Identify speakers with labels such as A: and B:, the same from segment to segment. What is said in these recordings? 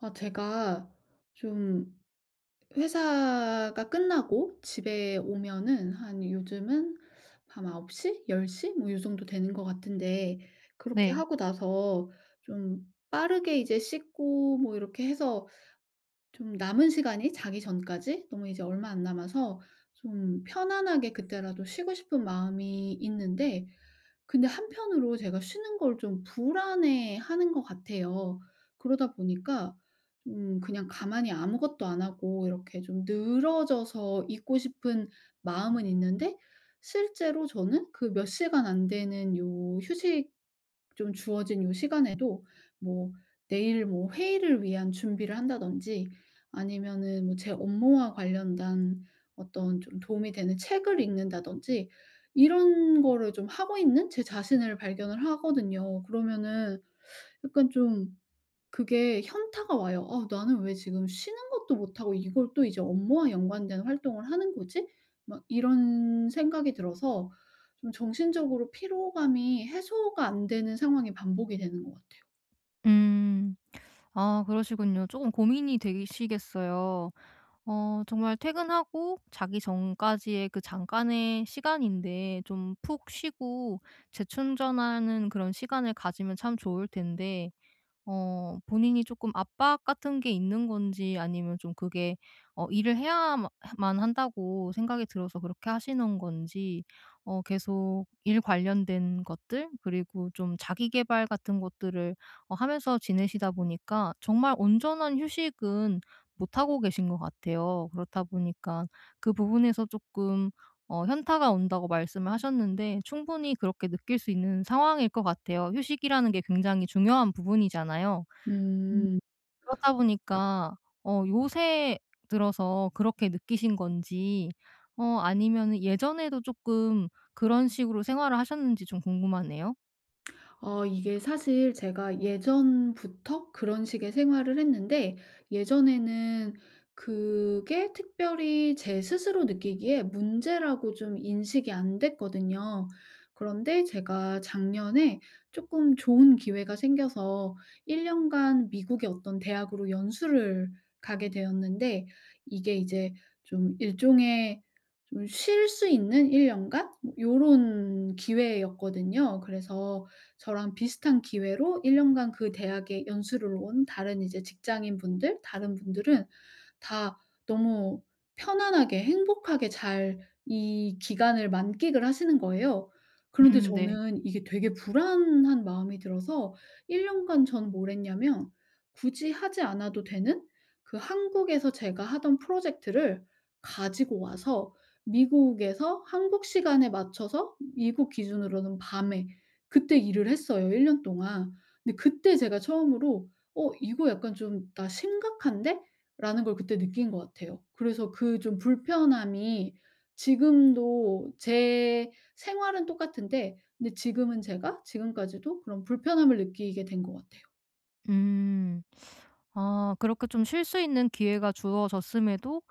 A: 아, 제가 좀 회사가 끝나고 집에 오면은 한 요즘은 밤 9시? 10시? 뭐 이 정도 되는 것 같은데, 그렇게
B: 네.
A: 하고 나서 좀 빠르게 이제 씻고 뭐 이렇게 해서 좀 남은 시간이 자기 전까지 너무 이제 얼마 안 남아서 좀 편안하게 그때라도 쉬고 싶은 마음이 있는데, 근데 한편으로 제가 쉬는 걸 좀 불안해하는 것 같아요. 그러다 보니까 그냥 가만히 아무것도 안 하고 이렇게 좀 늘어져서 있고 싶은 마음은 있는데, 실제로 저는 그 몇 시간 안 되는 요 휴식, 좀 주어진 요 시간에도 뭐 내일 뭐 회의를 위한 준비를 한다든지 아니면은 뭐 제 업무와 관련된 어떤 좀 도움이 되는 책을 읽는다든지 이런 거를 좀 하고 있는 제 자신을 발견을 하거든요. 그러면은 약간 좀 그게 현타가 와요. '아 나는 왜 지금 쉬는 것도 못 하고 이걸 또 이제 업무와 연관된 활동을 하는 거지?' 막 이런 생각이 들어서 좀 정신적으로 피로감이 해소가 안 되는 상황이 반복이 되는 것 같아요.
B: 음. 아 그러시군요. 조금 고민이 되시겠어요. 정말 퇴근하고 자기 전까지의 그 잠깐의 시간인데 좀 푹 쉬고 재충전하는 그런 시간을 가지면 참 좋을 텐데, 본인이 조금 압박 같은 게 있는 건지, 아니면 좀 그게 일을 해야만 한다고 생각이 들어서 그렇게 하시는 건지, 계속 일 관련된 것들 그리고 좀 자기 개발 같은 것들을 하면서 지내시다 보니까 정말 온전한 휴식은 못 하고 계신 것 같아요. 그렇다 보니까 그 부분에서 조금 현타가 온다고 말씀을 하셨는데, 충분히 그렇게 느낄 수 있는 상황일 것 같아요. 휴식이라는 게 굉장히 중요한 부분이잖아요. 음.
A: 음.
B: 그렇다 보니까 요새 들어서 그렇게 느끼신 건지, 아니면 예전에도 조금 그런 식으로 생활을 하셨는지 좀 궁금하네요.
A: 어, 이게 사실 제가 예전부터 그런 식의 생활을 했는데, 예전에는 그게 특별히 제 스스로 느끼기에 문제라고 좀 인식이 안 됐거든요. 그런데 제가 작년에 조금 좋은 기회가 생겨서 1 년간 미국의 어떤 대학으로 연수를 가게 되었는데, 이게 이제 좀 일종의 좀 쉴 수 있는 1 년간 이 요런 기회였거든요. 그래서 저랑 비슷한 기회로 1 년간 그 대학에 연수를 온 다른 이제 직장인분들, 다른 분들은 다 너무 편안하게 행복하게 잘 이 기간을 만끽을 하시는 거예요. 그런데
B: 음, 네.
A: 저는 이게 되게 불안한 마음이 들어서 1 년간 전 뭘 했냐면, 굳이 하지 않아도 되는 그 한국에서 제가 하던 프로젝트를 가지고 와서 미국에서 한국 시간에 맞춰서 미국 기준으로는 밤에 그때 일을 했어요, 1년 동안. 근데 그때 제가 처음으로 '어 이거 약간 좀 나 심각한데?' 라는 걸 그때 느낀 것 같아요. 그래서 그 좀 불편함이, 지금도 제 생활은 똑같은데 근데 지금은 제가 지금까지도 그런 불편함을 느끼게 된 것 같아요.
B: 음. 아 그렇게 좀 쉴 수 있는 기회가 주어졌음에도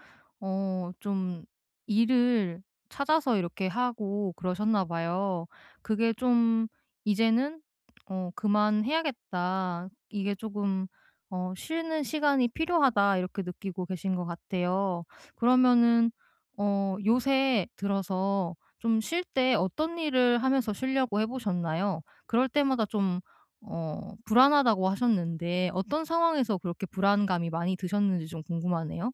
B: 좀 일을 찾아서 이렇게 하고 그러셨나 봐요. 그게 좀 이제는 '그만해야겠다. 이게 조금 쉬는 시간이 필요하다.' 이렇게 느끼고 계신 것 같아요. 그러면은 요새 들어서 좀 쉴 때 어떤 일을 하면서 쉬려고 해 보셨나요? 그럴 때마다 좀 불안하다고 하셨는데, 어떤 상황에서 그렇게 불안감이 많이 드셨는지 좀 궁금하네요.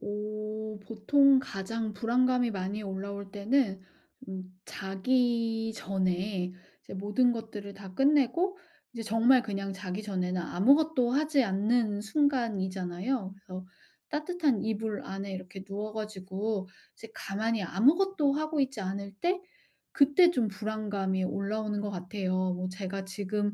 A: 오, 보통 가장 불안감이 많이 올라올 때는 좀 자기 전에 이제 모든 것들을 다 끝내고 이제 정말 그냥 자기 전에는 아무것도 하지 않는 순간이잖아요. 그래서 따뜻한 이불 안에 이렇게 누워 가지고 이제 가만히 아무것도 하고 있지 않을 때 그때 좀 불안감이 올라오는 것 같아요. 뭐 제가 지금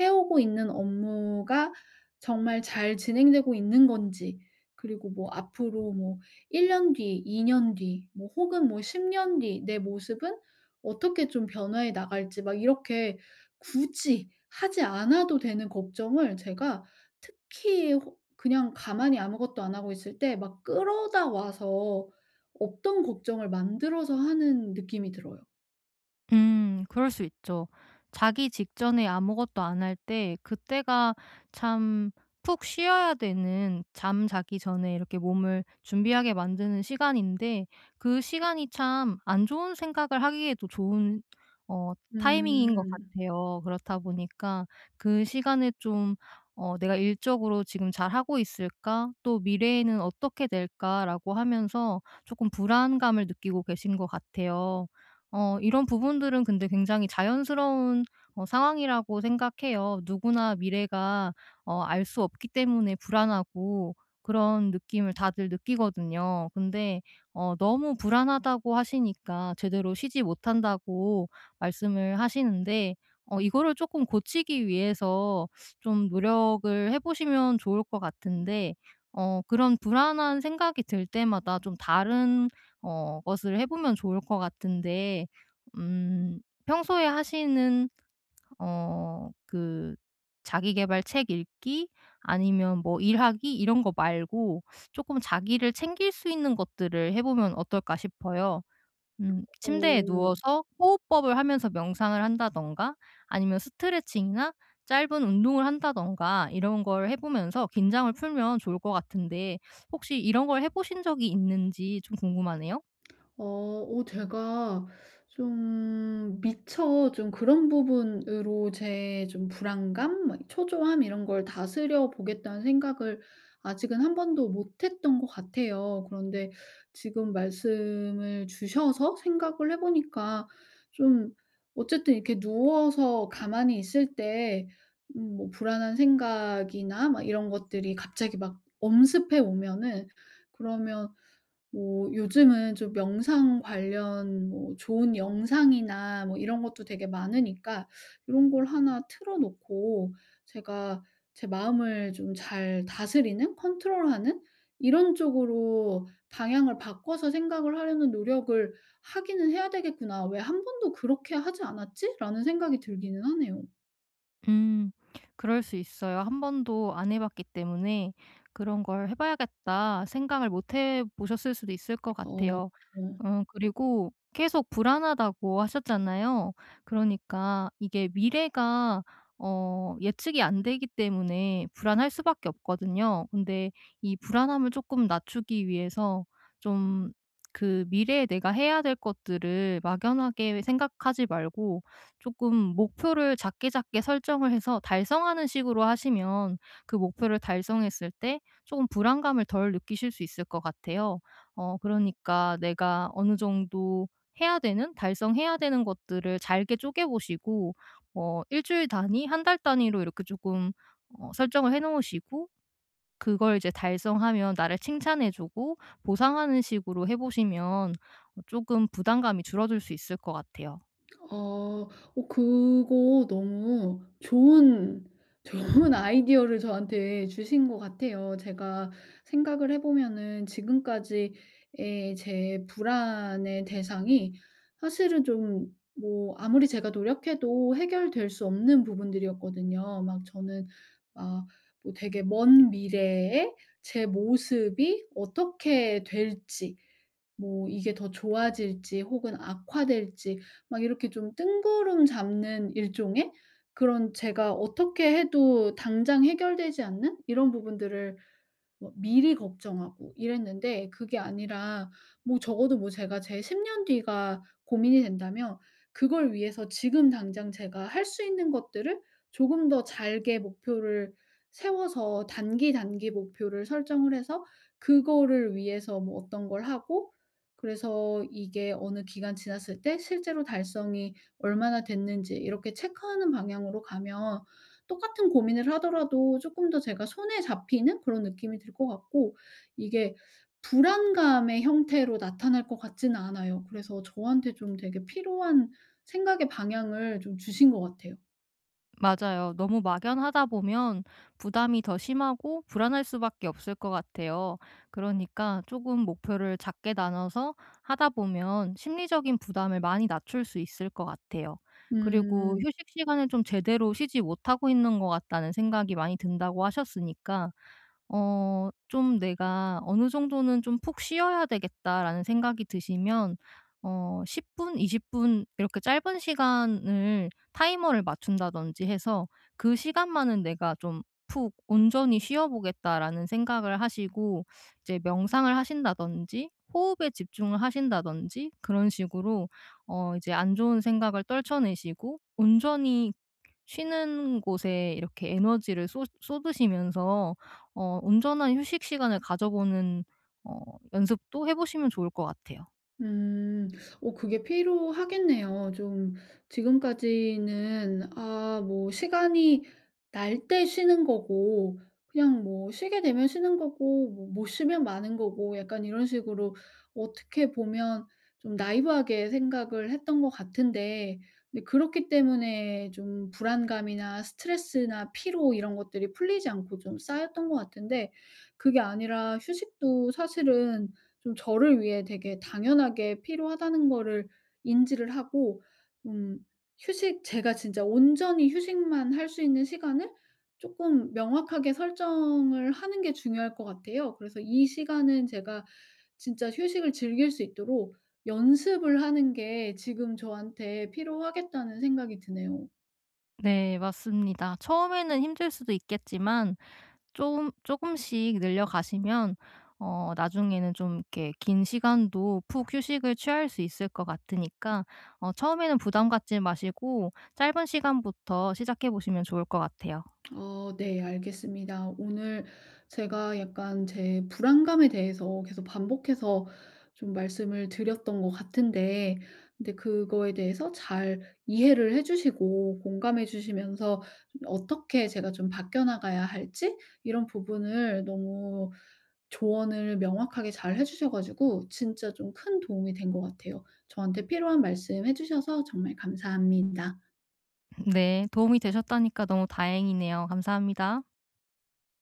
A: 해 오고 있는 업무가 정말 잘 진행되고 있는 건지, 그리고 뭐 앞으로 뭐 1 년 뒤, 2년 뒤 뭐 혹은 뭐 10년 뒤 내 모습은 어떻게 좀 변화해 나갈지 막 이렇게 굳이 하지 않아도 되는 걱정을 제가, 특히 호 그냥 가만히 아무것도 안 하고 있을 때 막 끌어다 와서 없던 걱정을 만들어서 하는 느낌이 들어요.
B: 그럴 수 있죠. 자기 직전에 아무것도 안 할 때, 그때가 참, 푹 쉬어야 되는 잠자기 전에 이렇게 몸을 준비하게 만드는 시간인데, 그 시간이 참 안 좋은 생각을 하기에도 좋은 어 타이밍인 것
A: 음.
B: 같아요. 그렇다 보니까 그 시간에 좀 '내가 일적으로 지금 잘하고 있을까? 또 미래에는 어떻게 될까?'라고 하면서 조금 불안감을 느끼고 계신 것 같아요. 이런 부분들은 근데 굉장히 자연스러운 상황이라고 생각해요. 누구나 미래가 알 수 없기 때문에 불안하고 그런 느낌을 다들 느끼거든요. 근데 너무 불안하다고 하시니까 제대로 쉬지 못한다고 말씀을 하시는데, 이거를 조금 고치기 위해서 좀 노력을 해 보시면 좋을 것 같은데, 그런 불안한 생각이 들 때마다 좀 다른 것을 해 보면 좋을 것 같은데, 음 평소에 하시는 그 자기 계발 책 읽기, 아니면 뭐 일하기 이런 거 말고 조금 자기를 챙길 수 있는 것들을 해 보면 어떨까 싶어요. 침대에
A: 어.
B: 누워서 호흡법을 하면서 명상을 한다든가, 아니면 스트레칭이나 짧은 운동을 한다든가, 이런 걸 해 보면서 긴장을 풀면 좋을 것 같은데, 혹시 이런 걸 해 보신 적이 있는지 좀 궁금하네요.
A: 어, 오, 제가 좀 미처 좀 그런 부분으로 제 좀 불안감, 막 초조함 이런 걸 다스려 보겠다는 생각을 아직은 한 번도 못 했던 것 같아요. 그런데 지금 말씀을 주셔서 생각을 해 보니까 좀 어쨌든 이렇게 누워서 가만히 있을 때 뭐 불안한 생각이나 막 이런 것들이 갑자기 막 엄습해 오면은, 그러면 뭐 요즘은 좀 명상 관련 뭐 좋은 영상이나 뭐 이런 것도 되게 많으니까 요런 걸 하나 틀어 놓고 제가 제 마음을 좀 잘 다스리는 컨트롤하는 이런 쪽으로 방향을 바꿔서 생각을 하려는 노력을 하기는 해야 되겠구나. '왜 한 번도 그렇게 하지 않았지?'라는 생각이 들기는 하네요.
B: 음. 그럴 수 있어요. 한 번도 안 해 봤기 때문에 '그런 걸 해 봐야겠다.' 생각을 못 해 보셨을 수도 있을 것
A: 어.
B: 같아요.
A: 어.
B: 그리고 계속 불안하다고 하셨잖아요. 그러니까 이게 미래가 예측이 안 되기 때문에 불안할 수밖에 없거든요. 근데 이 불안함을 조금 낮추기 위해서 좀 그 미래에 내가 해야 될 것들을 막연하게 생각하지 말고, 조금 목표를 작게 작게 설정을 해서 달성하는 식으로 하시면, 그 목표를 달성했을 때 조금 불안감을 덜 느끼실 수 있을 것 같아요. 그러니까 내가 어느 정도 해야 되는, 달성해야 되는 것들을 잘게 쪼개 보시고, 주일 단위, 한 달 단위로 이렇게 조금 설정을 해 놓으시고, 그걸 이제 달성하면 나를 칭찬해 주고 보상하는 식으로 해 보시면 조금 부담감이 줄어들 수 있을 것 같아요.
A: 어, 어 그거 너무 좋은 좋은 아이디어를 저한테 주신 것 같아요. 제가 생각을 해 보면은 지금까지의 제 불안의 대상이 사실은 좀 뭐 아무리 제가 노력해도 해결될 수 없는 부분들이었거든요. 막 저는 막 뭐 되게 먼 미래에 제 모습이 어떻게 될지 뭐 이게 더 좋아질지 혹은 악화될지 막 이렇게 좀 뜬구름 잡는 일종의 그런 제가 어떻게 해도 당장 해결되지 않는 이런 부분들을 뭐 미리 걱정하고 이랬는데, 그게 아니라 뭐 적어도 뭐 제가 제 10년 뒤가 고민이 된다면 그걸 위해서 지금 당장 제가 할 수 있는 것들을 조금 더 잘게 목표를 세워서 단기 목표를 설정을 해서 그거를 위해서 뭐 어떤 걸 하고 그래서 이게 어느 기간 지났을 때 실제로 달성이 얼마나 됐는지 이렇게 체크하는 방향으로 가면 똑같은 고민을 하더라도 조금 더 제가 손에 잡히는 그런 느낌이 들 것 같고, 이게 불안감의 형태로 나타날 것 같지는 않아요. 그래서 저한테 좀 되게 필요한 생각의 방향을 좀 주신 것 같아요.
B: 맞아요. 너무 막연하다 보면 부담이 더 심하고 불안할 수밖에 없을 것 같아요. 그러니까 조금 목표를 작게 나눠서 하다 보면 심리적인 부담을 많이 낮출 수 있을 것 같아요. 그리고
A: 음.
B: 휴식 시간을 좀 제대로 쉬지 못하고 있는 것 같다는 생각이 많이 든다고 하셨으니까, 좀 내가 어느 정도는 좀 푹 쉬어야 되겠다라는 생각이 드시면, 10분, 20분 이렇게 짧은 시간을 타이머를 맞춘다든지 해서 그 시간만은 내가 좀 푹 온전히 쉬어보겠다라는 생각을 하시고, 이제 명상을 하신다든지 호흡에 집중을 하신다든지 그런 식으로 이제 안 좋은 생각을 떨쳐내시고 온전히 쉬는 곳에 이렇게 에너지를 쏟 쏟으시면서 온전한 휴식 시간을 가져보는 어 연습도 해 보시면 좋을 것 같아요.
A: 음. 어, 그게 필요하겠네요. 좀 지금까지는 아 뭐 시간이 날 때 쉬는 거고 그냥 뭐 쉬게 되면 쉬는 거고 뭐 못 쉬면 마는 거고 약간 이런 식으로 어떻게 보면 좀 나이브하게 생각을 했던 것 같은데, 근데 그렇기 때문에 좀 불안감이나 스트레스나 피로 이런 것들이 풀리지 않고 좀 쌓였던 것 같은데, 그게 아니라 휴식도 사실은 좀 저를 위해 되게 당연하게 필요하다는 거를 인지를 하고 좀 휴식 제가 진짜 온전히 휴식만 할 수 있는 시간을 쪼끔 명확하게 설정을 하는 게 중요할 것 같아요. 그래서 이 시간은 제가 진짜 휴식을 즐길 수 있도록 연습을 하는 게 지금 저한테 필요하겠다는 생각이 드네요.
B: 네, 맞습니다. 처음에는 힘들 수도 있겠지만 조금 조금씩 늘려가시면 나중에는 좀 이렇게 긴 시간도 푹 휴식을 취할 수 있을 것 같으니까, 처음에는 부담 갖지 마시고 짧은 시간부터 시작해 보시면 좋을 것 같아요.
A: 어, 네, 알겠습니다. 오늘 제가 약간 제 불안감에 대해서 계속 반복해서 좀 말씀을 드렸던 것 같은데 근데 그거에 대해서 잘 이해를 해 주시고 공감해 주시면서 좀 어떻게 제가 좀 바뀌어 나가야 할지 이런 부분을 너무 조언을 명확하게 잘 해 주셔 가지고 진짜 좀 큰 도움이 된 것 같아요. 저한테 필요한 말씀 해 주셔서 정말 감사합니다.
B: 네. 도움이 되셨다니까 너무 다행이네요. 감사합니다.